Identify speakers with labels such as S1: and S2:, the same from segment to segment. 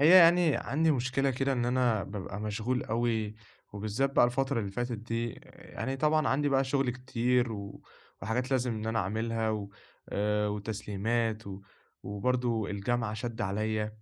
S1: هي يعني عندي مشكلة كده إن أنا بابقى مشغول أوي، وبالذات بقى الفترة اللي فاتت دي، يعني طبعًا عندي بقى شغل كتير وحاجات لازم إن أنا أعملها و وتسليمات وبرضه الجامعة شادة عليَّ.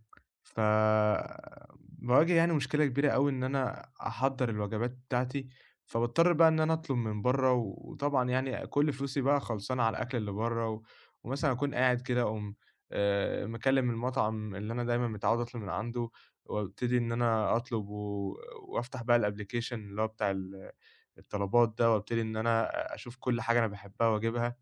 S1: فباواجه يعني مشكلة كبيرة أوي إن أنا أحضّر الوجبات بتاعتي، فباضطر بقى إن أنا أطلب من برّه، وطبعًا يعني كل فلوسي بقى خلصانة على الأكل اللي برّه، ومثلًا أكون قاعد كده أقوم مكلّم المطعم اللي أنا دايمًا متعوّد أطلب من عنده، وابتدي إن أنا أطلب وأفتح بقى الapplication اللي هو بتاع الطلبات ده، وابتدي إن أنا أشوف كل حاجة أنا باحبها وأجيبها.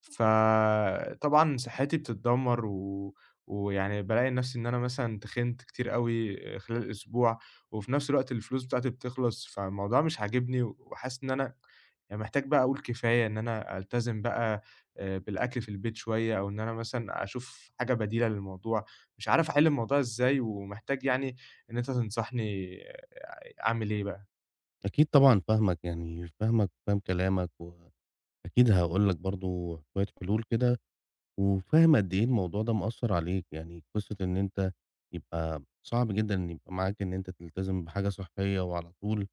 S1: فطبعًا صحتي بتتدمّر ويعني بالاقي نَفْسي إن أنا مثلًا تخنت كتير أوي خلال الأسبوع، وفي نَفْس الوقت الفلوس بتاعتي بتخلص، فالموضوع مش عاجبني وحاسس إن أنا يعني محتاج بقى أقول كفاية، إن أنا ألتزم بقى بالأكل في البيت شوية، أو إن أنا مثلًا أشوف حاجة بديلة للموضوع، مش عارف أحِل الموضوع إزاي، ومحتاج يعني إن أنت تنصحني، أعمل إيه بقى؟
S2: أكيد طبعًا فاهمك، يعني فاهمك وفاهم كلامك، وأكيد هاقول لك برضه شوية حلول كده، وفاهم قد إيه الموضوع ده مأثّر عليك. يعني قصة إن أنت يبقى صعب جدًا إن يبقى معاك إن أنت تلتزم بحاجة صحّية وعلى طول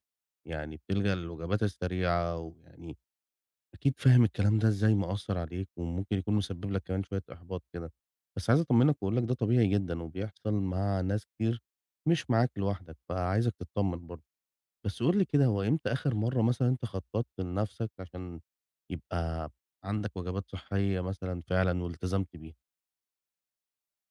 S2: يعني بتلجأ للوجبات السريعة، ويعني أكيد فاهم الكلام ده إزاي مأثّر عليك، وممكن يكون مسبب لك كمان شوية إحباط كده. بس عايز أطمّنك وأقول لك ده طبيعي جدًا، وبيحصل مع ناس كتير مش معاك لوحدك، فعايزك تتطمّن برضه. بس قُل لي كده، هو إمتى آخر مرّة مثلًا أنت خطّطت لنَفْسك عشان يبقى عندك وجبات صحّية مثلًا فعلًا والتزمت بيها؟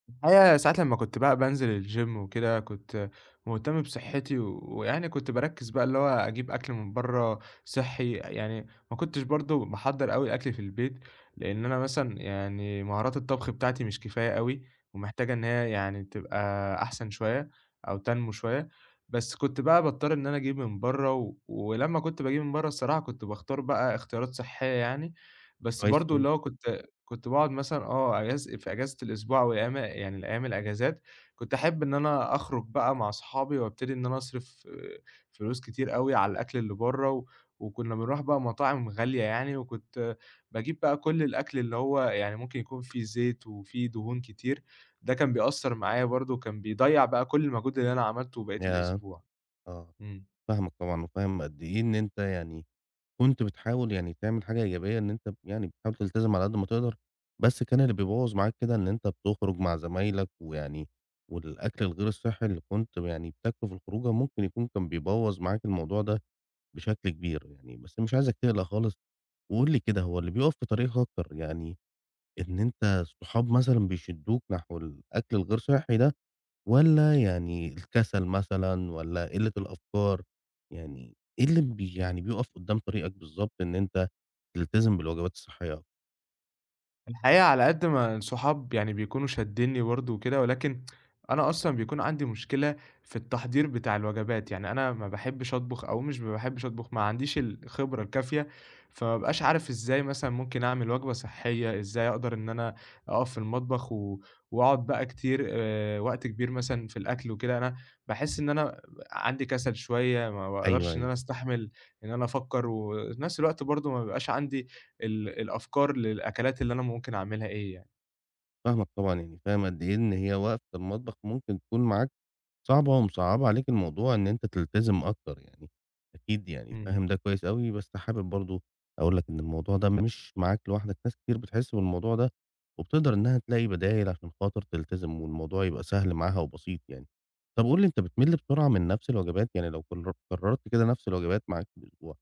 S1: الحقيقة ساعات لمّا كنت بقى بانزل الgym وكده، كنت مهتم بصحّتي ويعني كنت باركّز بقى اللي هو أجيب أكل من برّه صحّي، يعني ما كنتش برضه باحضّر أوي الأكل في البيت، لإن أنا مثلًا يعني مهارات الطبخ بتاعتي مش كفاية أوي، ومحتاجة إن هي يعني تبقى أحسن شوية، أو تنمو شوية. بس كنت بقى باضطر إن أنا أجيب من برّه، ولمّا كنت باجيب من برّه الصراحة كنت باختار بقى اختيارات صحّية يعني، بس
S2: كويس
S1: برضه
S2: أوي.
S1: اللي هو كنت باقعد مثلًا، في أجازة الأسبوع أو الأيام، يعني الأيام الأجازات، كنت أحب إن أنا أخرج بقى مع أصحابي وأبتدي إن أنا أصرف، فلوس كتير أوي على الأكل اللي برّه، وكنا بنروح بقى مطاعم غالية يعني، وكنت باجيب بقى كل الأكل اللي هو يعني ممكن يكون فيه زيت وفيه دهون كتير. ده كان بيأثّر معايا برضه، وكان بيضيّع بقى كل المجهود اللي أنا عملته بقية
S2: ياه!
S1: الأسبوع.
S2: آه،
S1: إمم.
S2: فاهمك طبعًا وفاهم قد إيه إن أنت يعني كنت بتحاول يعني تعمل حاجة إيجابية إن أنت يعني بتحاول تلتزم على قد ما تقدر، بس كان اللي بيبوّظ معاك كده إن أنت بتخرج مع زمايلك ويعني والأكل الغير الصحّي اللي كنت يعني بتاكله في الخروجة ممكن يكون كان بيبوّظ معاك الموضوع ده بشكل كبير يعني، بس مش عايزك تقلق خالص. وقُل لي كده، هو اللي بيُقف في طريقك أكتر يعني إن أنت الصحاب مثلًا بيشدّوك نحو الأكل الغير صحّي ده، والّا يعني الكسل مثلًا والّا قِلّة الأفكار، يعني إيه اللي بي يعني بيُقف قدّام طريقك بالضبط إن أنت تلتزم بالوجبات الصحّية أكتر؟
S1: الحقيقة على قد ما الصحاب يعني بيكونوا شادّينّي برضه وكده، ولكن أنا أصلًا بيكون عندي مشكلة في التحضير بتاع الوجبات، يعني أنا ما باحبّش أطبخ، أو مش، ما باحبّش أطبخ، ما عنديش الخبرة الكافية، فما بابقاش عارف إزاي مثلًا ممكن أعمل وجبة صحّية، إزاي أقدر إن أنا أقف في المطبخ وأقعد بقى كتير، وقت كبير مثلًا في الأكل وكده. أنا باحس إن أنا عندي كسل شوية، ما
S2: أيوه،
S1: باقدرش إن
S2: أيوه،
S1: أنا أستحمل إن أنا أفكّر، وفي نفس الوقت برضه ما بيبقاش عندي الأفكار للأكلات اللي أنا ممكن أعملها، إيه يعني.
S2: فاهمك طبعًا، يعني فاهم قد إيه إن هي وقفة المطبخ ممكن تكون معاك صعبة ومصعّبة عليكِ الموضوع إن أنتِ تلتزم أكتر يعني، أكيد يعني
S1: إمم.
S2: فاهم ده كويس أوي، بس حابب برضه أقول لك إن الموضوع ده مش معاك لوحدك، ناس كتير بتحس بالموضوع ده، وبتقدر إنها تلاقي بدايل عشان خاطر تلتزم والموضوع يبقى سهل معاها وبسيط يعني. طب قُل لي، أنت بتمِل بسرعة من نفس الوجبات؟ يعني لو قررت كده نفس الوجبات معاك في الأسبوع،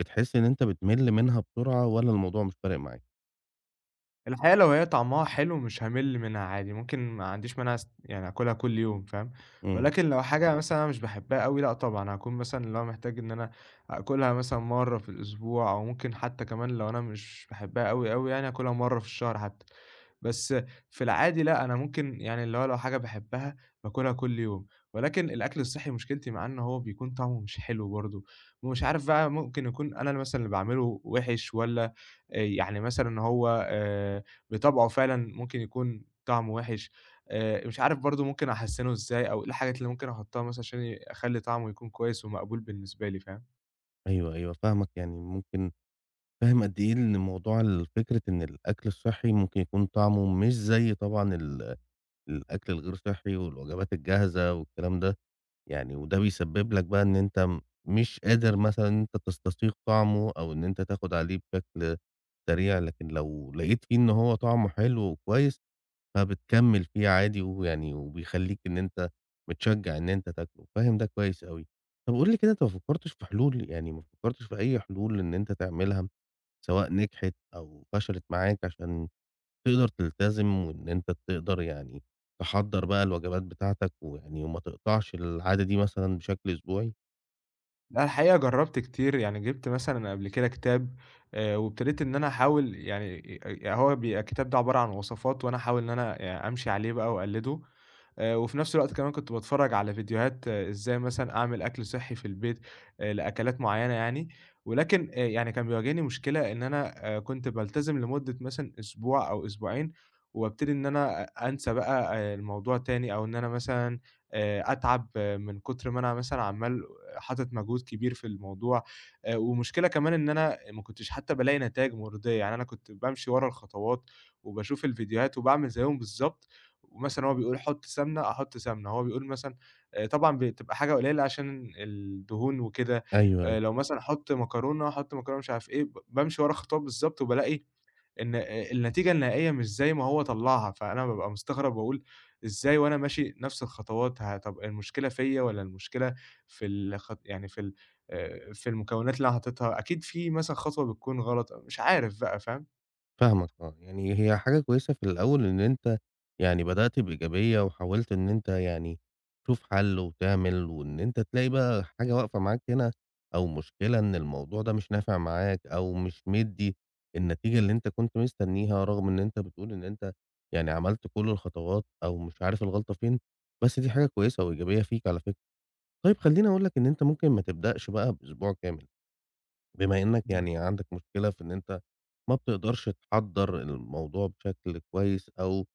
S2: بتحس إن أنت بتمِل منها بسرعة والّا الموضوع مش فارق معاك؟
S1: الحقيقة لو هي طعمها حلو مش هامِل منها عادي، ممكن ما عنديش مانع، يعني آكلها كل يوم فاهم،
S2: إمم،
S1: ولكن لو حاجة مثلًا أنا مش باحبها أوي، لأ طبعًا، هاكون مثلًا اللي هو محتاج إن أنا آكلها مثلًا مرّة في الأسبوع، أو ممكن حتى كمان لو أنا مش باحبها أوي أوي، يعني آكلها مرّة في الشهر حتى. بس في العادي، لأ، أنا ممكن يعني اللي هو لو حاجة باحبها باكلها كل يوم، ولكن الأكل الصحّي مشكلتي معاه إن هو بيكون طعمه مش حلو برضه، ومش عارف بقى، ممكن يكون أنا اللي باعمله وِحِش، والّا، يعني مثلًا ان هو، بطبعه فعلًا ممكن يكون طعمه وِحِش. مش عارف برضه ممكن أحسّنه إزاي، أو إيه الحاجات اللي ممكن أحطّها مثلًا عشان أخلّي طعمه يكون كويس ومقبول بالنسبة لي، فاهم؟
S2: أيوه، أيوه فاهمك. يعني ممكن فاهم قد إيه إن موضوع فكرة إن الأكل الصحّي ممكن يكون طعمه مش زي طبعًا الأكل الغير صحّي والوجبات الجاهزة والكلام ده، يعني وده بيسبب لك بقى إن أنت مش قادر مثلًا إن أنت تستذيق طعمه أو إن أنت تاخد عليه بشكل سريع، لكن لو لقيت فيه إن هو طعمه حلو وكويس فبتكمّل فيه عادي ويعني وبيخلّيك إن أنت متشجّع إن أنت تاكله، فاهم ده كويس أوي. طَب قُل لي كده، أنت ما فكّرتش في حلول، يعني ما فكّرتش في أي حلول إن أنت تعملها سواء نجحت أو فشلت معاك عشان تقدر تلتزم وإن أنت تقدر يعني تحضّر بقى الوجبات بتاعتك ويعني وما تقطعش العادة دي مثلًا بشكل أسبوعي؟
S1: لأ الحقيقة جرّبت كتير، يعني جِبت مثلًا قبل كده كتاب، وابتديت إن أنا أحاول، يعني، هو بيبقى الكتاب ده عبارة عن وصفات، وأنا أحاول إن أنا أمشي عليه بقى وأقلّده. وفي نفس الوقت كمان كنت باتفرّج على فيديوهات، إزاي مثلًا أعمل أكل صحّي في البيت لأكلات معيّنة يعني. ولكن، يعني كان بيواجهني مشكلة إن أنا، كنت بالتزم لمدة مثلًا أسبوع أو أسبوعين، وابتدي إن أنا أنسى بقى الموضوع تاني، أو إن أنا مثلًا أتعب، من كتر ما أنا مثلًا عمّال حاطط مجهود كبير في الموضوع. ومشكلة كمان إن أنا ما كنتش حتى بالاقي نتايج مُرضية، يعني أنا كنت بامشي ورا الخطوات، وباشوف الفيديوهات، وباعمل زيّهم بالضبط. ومثلًا هو بيقول حُط سمنة، أحُط سمنة، هو بيقول مثلًا، طبعًا بتبقى حاجة قليلة عشان الدهون وكده،
S2: أيوه، أيوه.
S1: لو مثلًا حُط مكرونة، حُط مكرونة مش عارف إيه. بامشي ورا الخطوات بالضبط، وبالاقي إن، النتيجة النهائية مش زي ما هو طلّعها، فأنا بابقى مستغرب وأقول إزاي، وأنا ماشي نفس الخطوات. طَب المشكلة فيّا والّا المشكلة في الخط يعني في ال في المكونات اللي أنا حاططها، أكيد في مثلًا خطوة بتكون غلط، مش عارف بقى، فاهم؟
S2: فاهمك آه، يعني هي حاجة كويسة في الأول إن أنت يعني بدأت بإيجابية وحاولت إن أنت يعني تشوف حل وتعمل وإن أنت تلاقي بقى حاجة واقفة معاك هنا، أو مشكلة إن الموضوع ده مش نافع معاك أو مش مدي النتيجة اللي أنت كنت مستنيها، رغم إن أنت بتقول إن أنت يعني عملت كل الخطوات أو مش عارف الغلطة فين. بس دي حاجة كويسة وإيجابية فيك على فكرة. طيب خلّيني أقول لك إن أنت ممكن ما تبدأش بقى بأسبوع كامل. بما إنّك
S1: إمم.
S2: يعني عندك مشكلة في إن أنت ما بتقدرش تحضّر الموضوع بشكل كويس، أو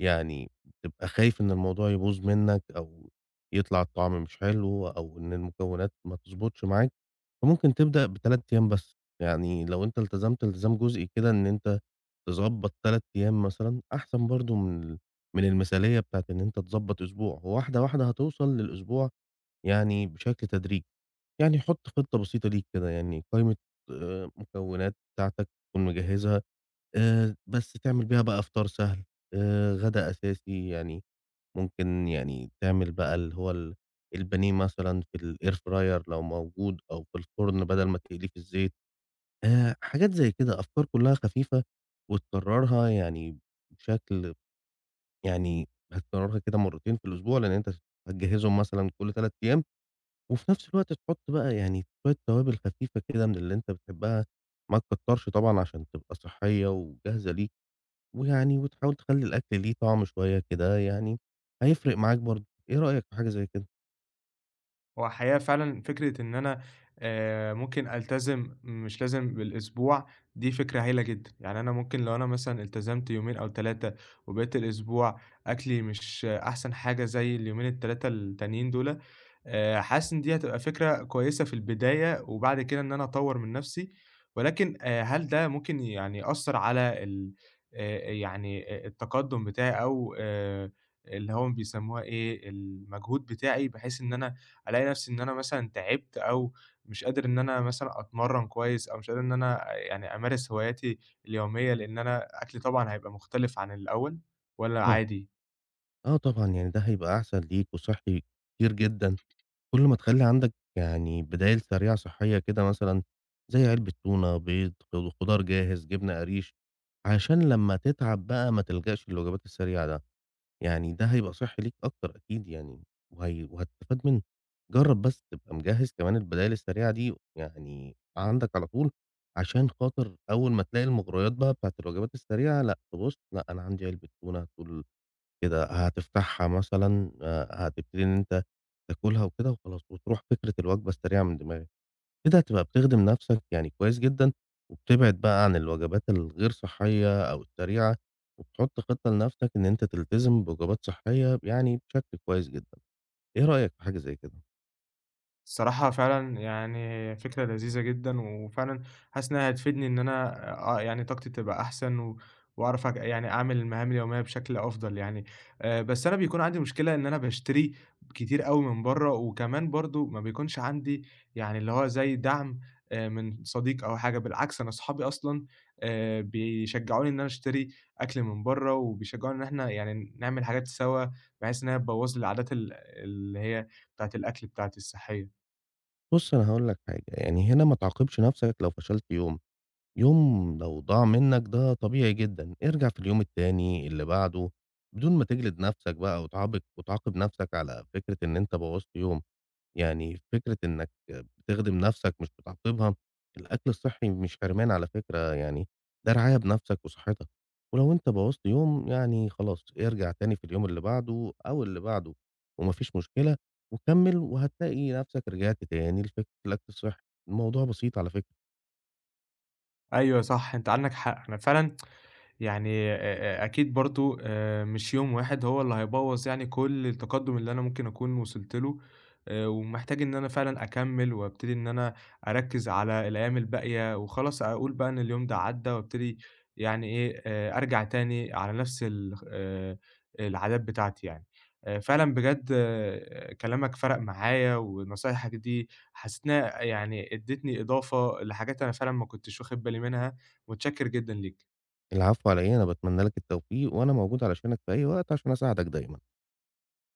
S2: يعني بتبقى خايف إن الموضوع يبوظ منّك، أو يطلع الطعم مش حلو، أو إن المكونات ما تضبطش معاك، فممكن تبدأ ب3 أيام بس. يعني لو أنت التزمت التزام جزئي كده إن أنت تضبّط 3 أيام مثلًا، أحسن برضه من ال من المثالية بتاعة إن أنت تضبّط أسبوع، واحدة واحدة هتوصل للأسبوع يعني بشكل تدريجي. يعني حُط خطة بسيطة ليك كده، يعني قايمة مكونات بتاعتك تكون مجهّزها، بس تعمل بيها بقى فطار سهل، غدا أساسي، يعني ممكن يعني تعمل بقى اللي هو البانيه مثلًا في الair fryer لو موجود أو في الفرن بدل ما تقليه في الزيت، حاجات زي كده، أفكار كلّها خفيفة وتكرّرها يعني بشكل يعني هتكرّرها كده مرّتين في الأسبوع، لإن أنت هتجهّزهم مثلًا كل 3 أيام، وفي نفس الوقت تحط بقى يعني شوية توابل خفيفة كده من اللي أنت بتحبها، ما تكترش طبعًا عشان تبقى صحية وجاهزة ليك، ويعني وتحاول تخلّي الأكل ليه طعم شوية كده يعني هيفرق معاك برضه. إيه رأيك في حاجة زي كده؟
S1: هو حقيقة فعلًا فكرة إن أنا ممكن ألتزم، مش لازم بالأسبوع، دي فكرة هايلة جدًا. يعني أنا ممكن لو أنا مثلًا التزمت يومين أو 3، وبقيت الأسبوع أكلي مش أحسن حاجة زي اليومين ال3 التانيين دُولة، حاسس إن دي هتبقى فكرة كويسة في البداية، وبعد كده إن أنا أطوّر من نَفْسي. ولكن، هل ده ممكن يعني يأثّر على ال يعني، التقدُّم بتاعي، أو، اللي هم بيسمّوها إيه، المجهود بتاعي، بحيث إن أنا الاقي نفسي ان انا مثلا تعبت، او مش قادر ان انا مثلا اتمرن كويس، او مش قادر ان انا يعني امارس هواياتي اليومية، لان انا اكلي طبعا هيبقى مختلف عن الاول، ولا
S2: آه.
S1: عادي؟
S2: آه طبعًا، يعني ده هيبقى أحسن ليك وصحّي كتير جدًا، كل ما تخلّي عندك يعني بدايل سريعة صحية كده مثلًا، زي علبة تونة، بيض، خضار جاهز، جبنة قريش، عشان لمّا تتعب بقى ما تلجأش للوجبات السريعة ده. يعني ده هيبقى صحّي ليك أكتر أكيد يعني، وهتستفاد منه. جرّب بس تبقى مجهّز كمان البدايل السريعة دي يعني عندك على طول، عشان خاطر أول ما تلاقي المغريات بقى بتاعة الوجبات السريعة، لأ تبُص، لأ أنا عندي علبة تونة، تقول كده هتفتحها مثلًا هتبتدي إن أنت تاكلها وكده وخلاص، وتروح فكرة الوجبة السريعة من دماغك. كده هتبقى بتخدم نفسك يعني كويس جدًا، وبتبعد بقى عن الوجبات الغير صحية أو السريعة، وبتحط خطة لنفسك إن أنت تلتزم بوجبات صحية يعني بشكل كويس جدًا. إيه رأيك في حاجة زي كده؟
S1: الصراحة فعلًا يعني فكرة لذيذة جدًا، وفعلًا حاسس إنها هتفيدني إن أنا، يعني طاقتي تبقى أحسن، وأعرف، يعني أعمل المهام اليومية بشكل أفضل يعني. بس أنا بيكون عندي مشكلة إن أنا باشتري كتير أوي من برّه، وكمان برضه ما بيكونش عندي يعني اللي هو زي دعم، من صديق أو حاجة. بالعكس أنا أصحابي أصلًا، بيشجعوني إن أنا أشتري أكل من برّه، وبيشجعوني إن إحنا يعني نعمل حاجات سوا، بحيث إن هي تبوظ لي العادات، اللي هي بتاعة الأكل بتاعتي الصحية.
S2: بُص أنا هاقول لك حاجة، يعني هنا ما تعاقبش نفسك لو فشلت يوم. يوم لو ضاع منك ده طبيعي جدًا، ارجع في اليوم التاني، اللي بعده، بدون ما تجلد نفسك بقى وتعاقب وتعاقب نفسك على فكرة إن أنت بوّظت يوم. يعني فكرة إنك بتخدم نَفْسك مش بتعاقبها، الأكل الصحّي مش حرمان على فكرة يعني، ده رعاية بنَفْسك وصحّتك، ولو أنت بوّظت يوم يعني خلاص ارجع تاني في اليوم اللي بعده أو اللي بعده، وما فيش مشكلة وكمّل، وهتلاقي نَفْسك رجعت تاني لفكرة الأكل الصحّي. الموضوع بسيط على فكرة.
S1: أيوه صح، أنت عندك حق، أنا فعلًا يعني أ أ أكيد برضه، مش يوم واحد هو اللي هيبوّظ يعني كل التقدُّم اللي أنا ممكن أكون وصلت له. ومحتاج إن أنا فعلًا أكمّل وأبتدي إن أنا أركّز على الأيام الباقية، وخلاص أقول بقى إن اليوم ده عدّى، وأبتدي يعني إيه، أرجع تاني على نَفْس ال العادات بتاعتي يعني. فعلًا بجد، كلامك فرَق معايا، ونصايحك دي حسّيت إنها يعني ادّتني إضافة لحاجات أنا فعلًا ما كنتش واخد بالي منها. متشكّر جدًا ليك.
S2: العفو على إيه، أنا باتمنى لك التوفيق وأنا موجود علشانك في أي وقت عشان أساعدك دايمًا.